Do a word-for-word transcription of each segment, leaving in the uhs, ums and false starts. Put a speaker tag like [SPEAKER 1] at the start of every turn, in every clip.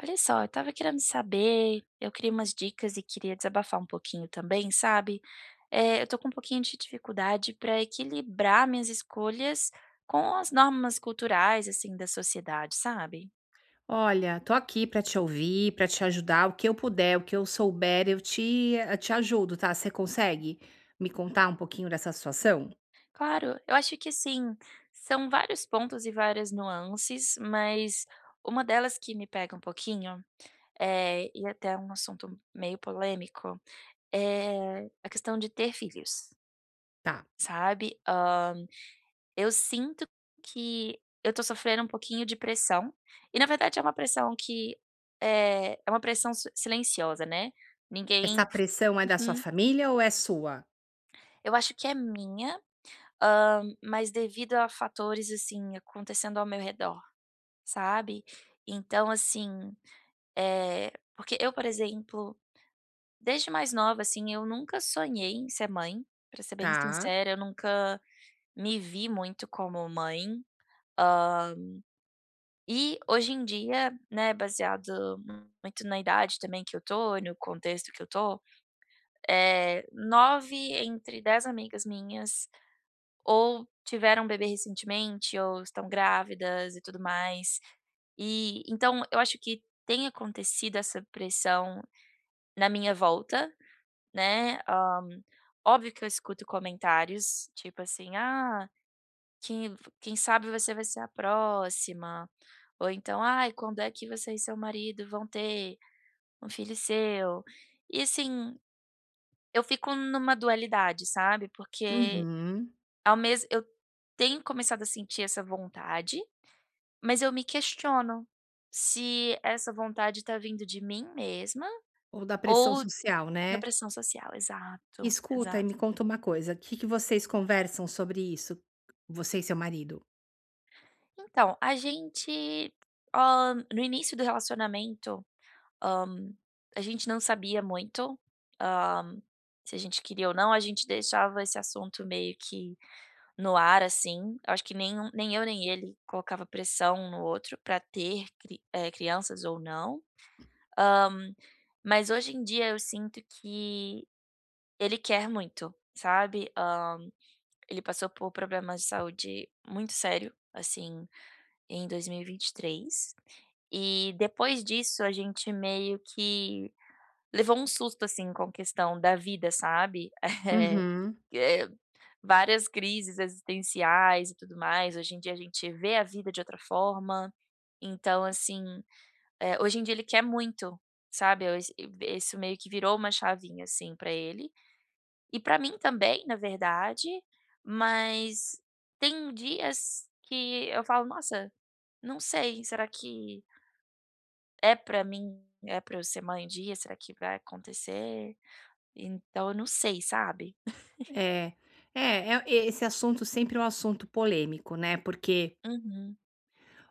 [SPEAKER 1] Olha só, eu estava querendo saber, eu queria umas dicas e queria desabafar um pouquinho também, sabe? Eh, eu tô com um pouquinho de dificuldade para equilibrar minhas escolhas com as normas culturais, assim, da sociedade, sabe?
[SPEAKER 2] Olha, tô aqui pra te ouvir, pra te ajudar. O que eu puder, o que eu souber, eu te, eh, te ajudo, tá? Você consegue me contar um pouquinho dessa situação?
[SPEAKER 1] Claro, eu acho que sim. são vários pontos e várias nuances, mas uma delas que me pega um pouquinho, é, e até é um assunto meio polêmico, é a questão de ter filhos,
[SPEAKER 2] Tá.
[SPEAKER 1] sabe? Eu sinto que eu tô sofrendo um pouquinho de pressão, e na verdade é uma pressão que, eh, é uma pressão si silenciosa, né, ninguém.
[SPEAKER 2] Essa pressão é da sua
[SPEAKER 1] Uhum.
[SPEAKER 2] família ou é sua?
[SPEAKER 1] Eu acho que é minha, hã, mas devido a fatores, assim, acontecendo ao meu redor, sabe. Então assim, eh, porque eu, por exemplo, desde mais nova, assim, eu nunca sonhei em ser mãe, pra ser bem
[SPEAKER 2] Tá.
[SPEAKER 1] sincera, eu nunca me vi muito como mãe. E hoje em dia, né, baseado muito na idade também que eu tô, no contexto que eu tô, eh, nove entre dez amigas minhas ou tiveram um bebê recentemente ou estão grávidas e tudo mais. E então eu acho que tem acontecido essa pressão na minha volta, né. Hã, óbvio que eu escuto comentários, tipo assim: "Ah, quem quem sabe você vai ser a próxima", ou então: "Ai, quando é que você e seu marido vão ter um filho seu?". E assim, eu fico numa dualidade, sabe, porque
[SPEAKER 2] Uhum.
[SPEAKER 1] ao mesmo eu tenho começado a sentir essa vontade, mas eu me questiono se essa vontade tá vindo de mim mesma
[SPEAKER 2] Ou da pressão
[SPEAKER 1] ou
[SPEAKER 2] social,
[SPEAKER 1] da
[SPEAKER 2] né?
[SPEAKER 1] pressão social. Exato,
[SPEAKER 2] Escuta e me
[SPEAKER 1] exato.
[SPEAKER 2] conta uma coisa. O que que vocês conversam sobre isso? Você e seu marido?
[SPEAKER 1] Então, a gente, hã, no início do relacionamento, Hã, a gente não sabia muito, hã, se a gente queria ou não, a gente deixava esse assunto meio que no ar, assim. Eu Acho que nem um, nem eu nem ele colocava pressão um no outro para ter cri eh, crianças ou não. Hã, mas hoje em dia eu sinto que ele quer muito, sabe. Hã, ele passou por problemas de saúde muito sério, assim, em dois mil e vinte e três, e vinte e três. E depois disso a gente meio que levou um susto, assim, com a questão da vida, sabe.
[SPEAKER 2] Uhum.
[SPEAKER 1] Eh eh, várias crises existenciais e tudo mais, hoje em dia a gente vê a vida de outra forma, então assim, eh, hoje em dia ele quer muito, sabe, eu esse isso meio que virou uma chavinha, assim, pra ele, e pra mim também, na verdade, mas tem dias que eu falo: "Nossa, não sei, será que é pra mim, é pra eu ser mãe um dia, será que vai acontecer?". Então eu não sei, sabe?
[SPEAKER 2] É. É, é- esse assunto sempre é um assunto polêmico, né? Porque
[SPEAKER 1] Uhum.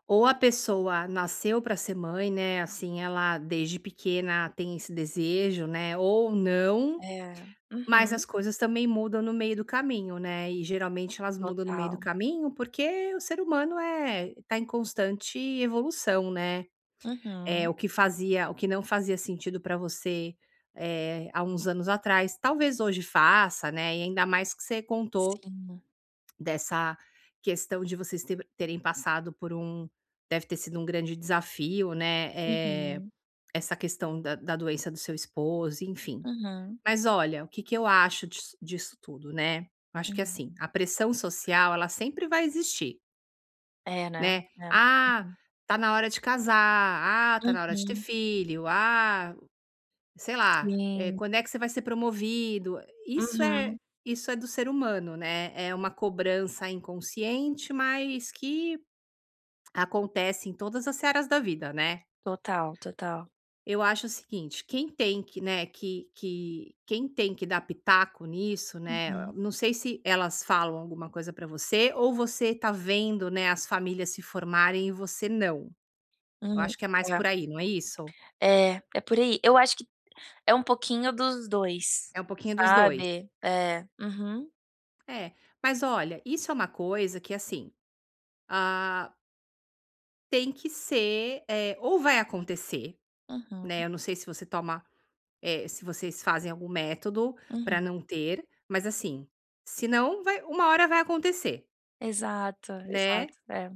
[SPEAKER 2] ou a pessoa nasceu para ser mãe, né, assim, ela desde pequena tem esse desejo, né, ou não,
[SPEAKER 1] É.
[SPEAKER 2] mas as
[SPEAKER 1] Uhum.
[SPEAKER 2] coisas também mudam no meio do caminho, né, e geralmente elas mudam no meio do
[SPEAKER 1] Total.
[SPEAKER 2] caminho, porque o ser humano é tá em constante evolução, né. É
[SPEAKER 1] Uhum.
[SPEAKER 2] o que fazia, o que não fazia sentido para você, eh, há uns anos atrás, talvez hoje faça, né, e ainda mais que você contou.
[SPEAKER 1] Sim.
[SPEAKER 2] Dessa questão de vocês ter terem passado por um, deve ter sido um grande desafio, né, eh,
[SPEAKER 1] Uhum.
[SPEAKER 2] essa questão da da doença do seu esposo, enfim.
[SPEAKER 1] Uhum.
[SPEAKER 2] Mas olha, o que que eu acho dis disso tudo, né, eu acho que
[SPEAKER 1] Uhum.
[SPEAKER 2] assim, a pressão social ela sempre vai existir,
[SPEAKER 1] É, né?
[SPEAKER 2] né.
[SPEAKER 1] É.
[SPEAKER 2] "Ah,
[SPEAKER 1] Uhum.
[SPEAKER 2] tá na hora de casar. Ah, tá na hora de ter
[SPEAKER 1] Uhum.
[SPEAKER 2] filho. Ah, sei lá, eh,
[SPEAKER 1] Sim.
[SPEAKER 2] quando é que você vai ser promovido?" Isso é
[SPEAKER 1] Uhum.
[SPEAKER 2] isso é do ser humano, né, é uma cobrança inconsciente, mas que acontece em todas as searas da vida, né.
[SPEAKER 1] Total, total.
[SPEAKER 2] Eu acho o seguinte, quem tem que, né, que que quem tem que dar pitaco nisso, né,
[SPEAKER 1] Uhum.
[SPEAKER 2] não sei se elas falam alguma coisa para você ou você tá vendo, né, as famílias se formarem e você não. Eu
[SPEAKER 1] Hum.
[SPEAKER 2] acho que é mais
[SPEAKER 1] É.
[SPEAKER 2] por aí, não é isso?
[SPEAKER 1] É, é por aí. Eu acho que é um pouquinho dos dois,
[SPEAKER 2] É um pouquinho dos dois.
[SPEAKER 1] sabe? É. Uhum.
[SPEAKER 2] É, mas olha, isso é uma coisa que assim, ah, tem que ser, eh, ou vai acontecer,
[SPEAKER 1] Uhum.
[SPEAKER 2] né, eu não sei se você toma, eh, se vocês fazem algum método
[SPEAKER 1] Uhum.
[SPEAKER 2] para não ter, mas assim, se não, vai uma hora vai acontecer,
[SPEAKER 1] Exato,
[SPEAKER 2] né.
[SPEAKER 1] exato. É.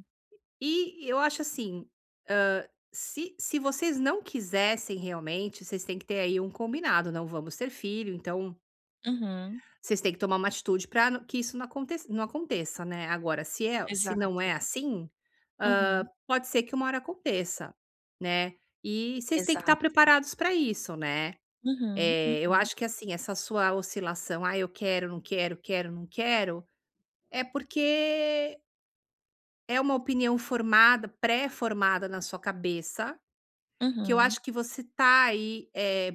[SPEAKER 2] E eu acho assim, hã, se se vocês não quisessem realmente, vocês têm que ter aí um combinado: "Não vamos ter filho, então
[SPEAKER 1] Uhum.
[SPEAKER 2] vocês têm que tomar uma atitude para que isso não aconteça não aconteça", né. Agora se é se não é
[SPEAKER 1] Exato.
[SPEAKER 2] assim, hã,
[SPEAKER 1] Uhum.
[SPEAKER 2] pode ser que uma hora aconteça, né. E vocês têm que estar
[SPEAKER 1] Exato.
[SPEAKER 2] preparados para isso, né.
[SPEAKER 1] Uhum.
[SPEAKER 2] Eh, eu
[SPEAKER 1] Uhum.
[SPEAKER 2] acho que, assim, essa sua oscilação: "Ah, eu quero, não quero, quero, não quero", é porque é uma opinião formada, pré-formada na sua cabeça, que eu
[SPEAKER 1] Uhum.
[SPEAKER 2] acho que você tá aí, eh,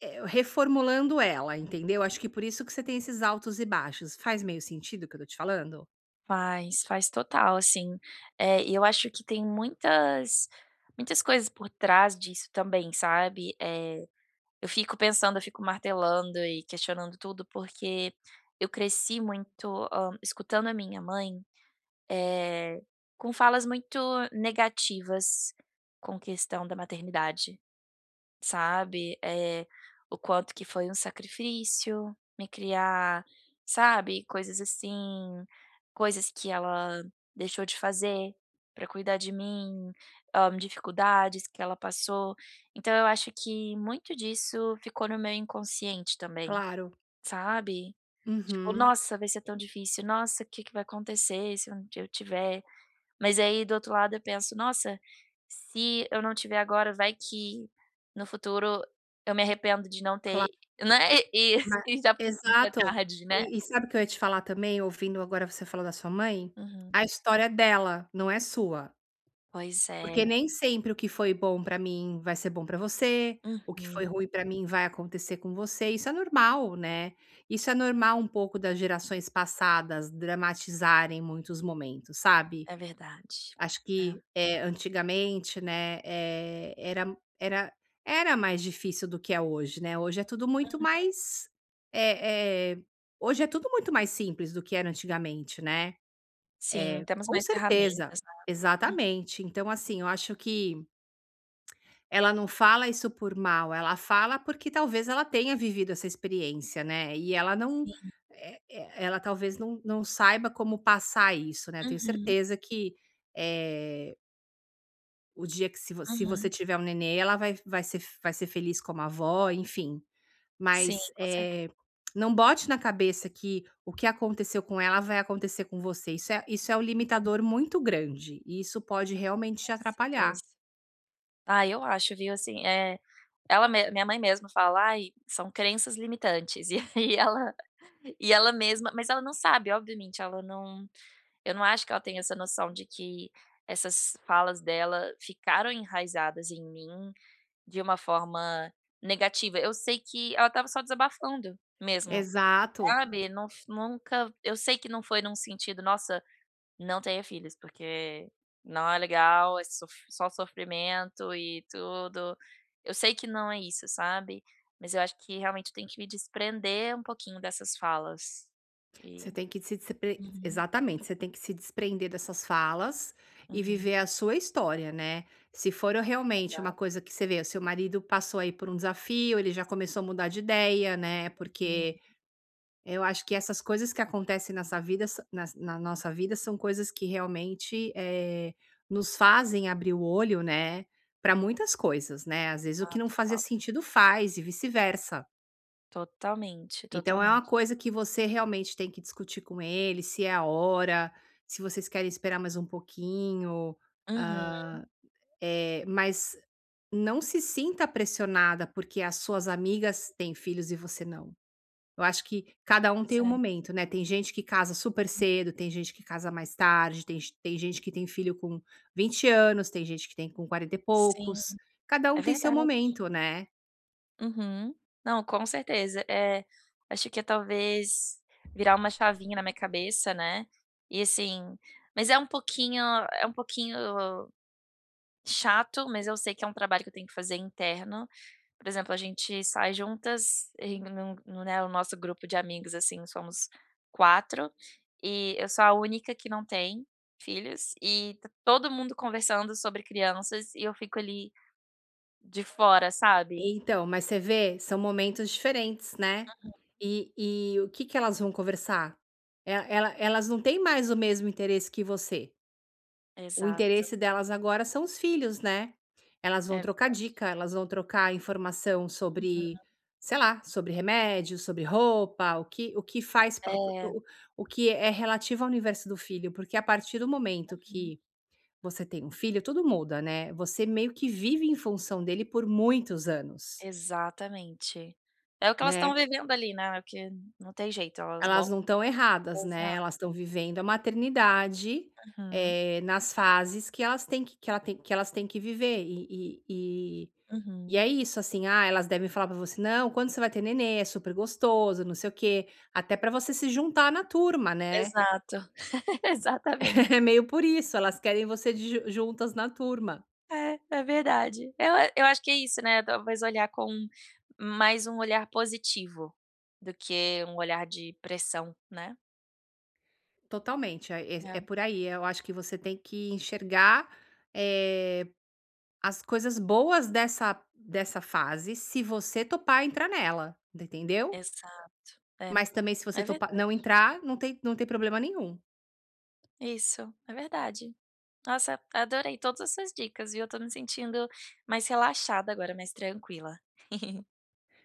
[SPEAKER 2] é, reformulando ela, entendeu? Acho que por isso que você tem esses altos e baixos. Faz meio sentido o que eu tô te falando?
[SPEAKER 1] Faz, faz total, assim. É e eu acho que tem muitas muitas coisas por trás disso também, sabe. É eu fico pensando, eu fico martelando e questionando tudo, porque eu cresci muito, hã, escutando a minha mãe, é com falas muito negativas com questão da maternidade. Sabe, eh, o quanto que foi um sacrifício me criar, sabe, coisas assim, coisas que ela deixou de fazer para cuidar de mim, hã, dificuldades que ela passou. Então eu acho que muito disso ficou no meu inconsciente também,
[SPEAKER 2] Claro.
[SPEAKER 1] sabe. Tipo:
[SPEAKER 2] Uhum.
[SPEAKER 1] "Nossa, vai ser tão difícil. Nossa, o que que vai acontecer se um dia eu tiver?" Mas aí, do outro lado, eu penso: "Nossa, se eu não tiver agora, vai que no futuro eu me arrependo de não ter",
[SPEAKER 2] Claro.
[SPEAKER 1] né, e
[SPEAKER 2] Ma
[SPEAKER 1] e já muito é
[SPEAKER 2] Exato.
[SPEAKER 1] tarde, né.
[SPEAKER 2] E e sabe o que eu ia te falar também, ouvindo agora você falar da sua mãe?
[SPEAKER 1] Uhum.
[SPEAKER 2] A história dela não é sua.
[SPEAKER 1] Pois é.
[SPEAKER 2] Porque nem sempre o que foi bom pra mim vai ser bom pra você, o que foi
[SPEAKER 1] Uhum.
[SPEAKER 2] ruim pra mim vai acontecer com você. Isso é normal, né. Isso é normal, um pouco das gerações passadas dramatizarem muitos momentos, sabe?
[SPEAKER 1] É verdade.
[SPEAKER 2] Acho que,
[SPEAKER 1] É.
[SPEAKER 2] é, antigamente, né, eh, era era era mais difícil do que é hoje, né, hoje é tudo muito
[SPEAKER 1] Uhum.
[SPEAKER 2] mais, eh eh, hoje é tudo muito mais simples do que era antigamente, né.
[SPEAKER 1] Sim, temos
[SPEAKER 2] Com
[SPEAKER 1] mais
[SPEAKER 2] certeza.
[SPEAKER 1] ferramentas, né. Uhum.
[SPEAKER 2] Exatamente. Então, assim, eu acho que ela não fala isso por mal, ela fala porque talvez ela tenha vivido essa experiência, né, e ela não,
[SPEAKER 1] Sim.
[SPEAKER 2] eh eh, ela talvez não não saiba como passar isso, né. Eu tenho
[SPEAKER 1] Uhum.
[SPEAKER 2] certeza que, eh o dia que se vo se você
[SPEAKER 1] Uhum.
[SPEAKER 2] tiver um nenê, ela vai vai ser vai ser feliz como avó, enfim.
[SPEAKER 1] Sim,
[SPEAKER 2] Mas,
[SPEAKER 1] com certeza,
[SPEAKER 2] eh, não bote na cabeça que o que aconteceu com ela vai acontecer com você. Isso é isso é um limitador muito grande e isso pode realmente
[SPEAKER 1] com
[SPEAKER 2] te atrapalhar.
[SPEAKER 1] certeza. Ah, eu acho, viu, assim, é ela me minha mãe mesma fala: "Ai, são crenças limitantes", e aí ela e ela mesma, mas ela não sabe, obviamente, ela não eu não acho que ela tenha essa noção de que essas falas dela ficaram enraizadas em mim de uma forma negativa. Eu sei que ela estava só desabafando mesmo,
[SPEAKER 2] Exato.
[SPEAKER 1] sabe, não f nunca eu sei que não foi num sentido: "Nossa, não tenha filhos, porque não é legal, é sof só sofrimento e tudo. Eu sei que não é isso, sabe, mas eu acho que realmente tem que me desprender um pouquinho dessas falas.
[SPEAKER 2] Você
[SPEAKER 1] E
[SPEAKER 2] tem que se despre
[SPEAKER 1] uhum,
[SPEAKER 2] exatamente, você tem que se desprender dessas falas e
[SPEAKER 1] uhum.
[SPEAKER 2] viver a sua história, né. Se for realmente uma
[SPEAKER 1] Exato.
[SPEAKER 2] coisa que você vê, o seu marido passou aí por um desafio, ele já começou a mudar de ideia, né,
[SPEAKER 1] Hum,
[SPEAKER 2] porque eu acho que essas coisas que acontecem nessa vida s na na nossa vida são coisas que realmente, eh, nos fazem abrir o olho, né, para muitas coisas, né. Às vezes o
[SPEAKER 1] não,
[SPEAKER 2] que não fazia
[SPEAKER 1] total.
[SPEAKER 2] sentido faz e vice-versa.
[SPEAKER 1] Totalmente,
[SPEAKER 2] Então é uma
[SPEAKER 1] totalmente.
[SPEAKER 2] coisa que você realmente tem que discutir com ele, se é a hora, se vocês querem esperar mais um pouquinho,
[SPEAKER 1] Uhum.
[SPEAKER 2] hã, eh, mas não se sinta pressionada porque as suas amigas têm filhos e você não. Eu acho que cada um
[SPEAKER 1] Pois
[SPEAKER 2] tem um
[SPEAKER 1] é.
[SPEAKER 2] momento, né, tem gente que casa super cedo, tem gente que casa mais tarde, tem gen tem gente que tem filho com vinte anos, tem gente que tem com quarenta e
[SPEAKER 1] Sim,
[SPEAKER 2] poucos, cada
[SPEAKER 1] é
[SPEAKER 2] um tem seu
[SPEAKER 1] verdade.
[SPEAKER 2] momento, né.
[SPEAKER 1] Uhum. Não, com certeza. É acho que é talvez virar uma chavinha na minha cabeça, né, e assim mas é um pouquinho é um pouquinho chato, mas eu sei que é um trabalho que eu tenho que fazer interno. Por exemplo, a gente sai juntas em num no, né, o nosso grupo de amigos, assim, somos quatro e eu sou a única que não tem filhos, e tá todo mundo conversando sobre crianças e eu fico ali de fora, sabe.
[SPEAKER 2] Então, mas você vê, são momentos diferentes, né. E e o que que elas vão conversar? E ela elas não têm mais o mesmo interesse que você. O
[SPEAKER 1] Exato,
[SPEAKER 2] interesse delas agora são os filhos, né. Elas
[SPEAKER 1] é
[SPEAKER 2] vão trocar
[SPEAKER 1] verdade.
[SPEAKER 2] dica, elas vão trocar informação sobre, sei lá, sobre remédio, sobre roupa, o que o que faz pa
[SPEAKER 1] É,
[SPEAKER 2] o o que é relativo ao universo do filho, porque a partir do momento
[SPEAKER 1] uhum,
[SPEAKER 2] que você tem um filho, tudo muda, né. Você meio que vive em função dele por muitos anos,
[SPEAKER 1] exatamente. É o que elas estão
[SPEAKER 2] né.
[SPEAKER 1] vivendo ali, né, é o que não tem jeito, elas
[SPEAKER 2] Elas
[SPEAKER 1] vão
[SPEAKER 2] não estão erradas, né,
[SPEAKER 1] exa
[SPEAKER 2] elas estão vivendo a maternidade,
[SPEAKER 1] uhum,
[SPEAKER 2] eh, nas fases que elas têm que que ela tem que elas têm que viver, e e e e é
[SPEAKER 1] uhum.
[SPEAKER 2] isso, assim, ah, elas devem falar para você: "Não, quando você vai ter nenê, é super gostoso, não sei o quê", até para você se juntar na turma, né,
[SPEAKER 1] Exato, exatamente.
[SPEAKER 2] é meio por isso, elas querem você de ju juntas na turma.
[SPEAKER 1] É, é verdade. Eu a eu acho que é isso, né, talvez olhar com mais um olhar positivo do que um olhar de pressão, né.
[SPEAKER 2] Totalmente, é é é por aí, eu acho que você tem que enxergar, eh as coisas boas dessa dessa fase, se você topar entrar nela, entendeu?
[SPEAKER 1] É, exato, é,
[SPEAKER 2] Mas também se você
[SPEAKER 1] é
[SPEAKER 2] topar não
[SPEAKER 1] verdade.
[SPEAKER 2] entrar, não tem não tem problema nenhum.
[SPEAKER 1] Isso, é verdade. Nossa, adorei todas as suas dicas, viu, eu estou me sentindo mais relaxada agora, mais tranquila.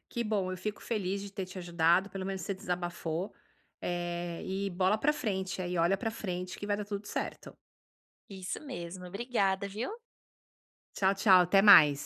[SPEAKER 2] Que bom, eu fico feliz de ter te ajudado, pelo menos você desabafou, eh, e bola pra frente aí, olha pra frente que vai dar tudo certo.
[SPEAKER 1] Isso mesmo, obrigada, viu?
[SPEAKER 2] Tchau, tchau, até mais.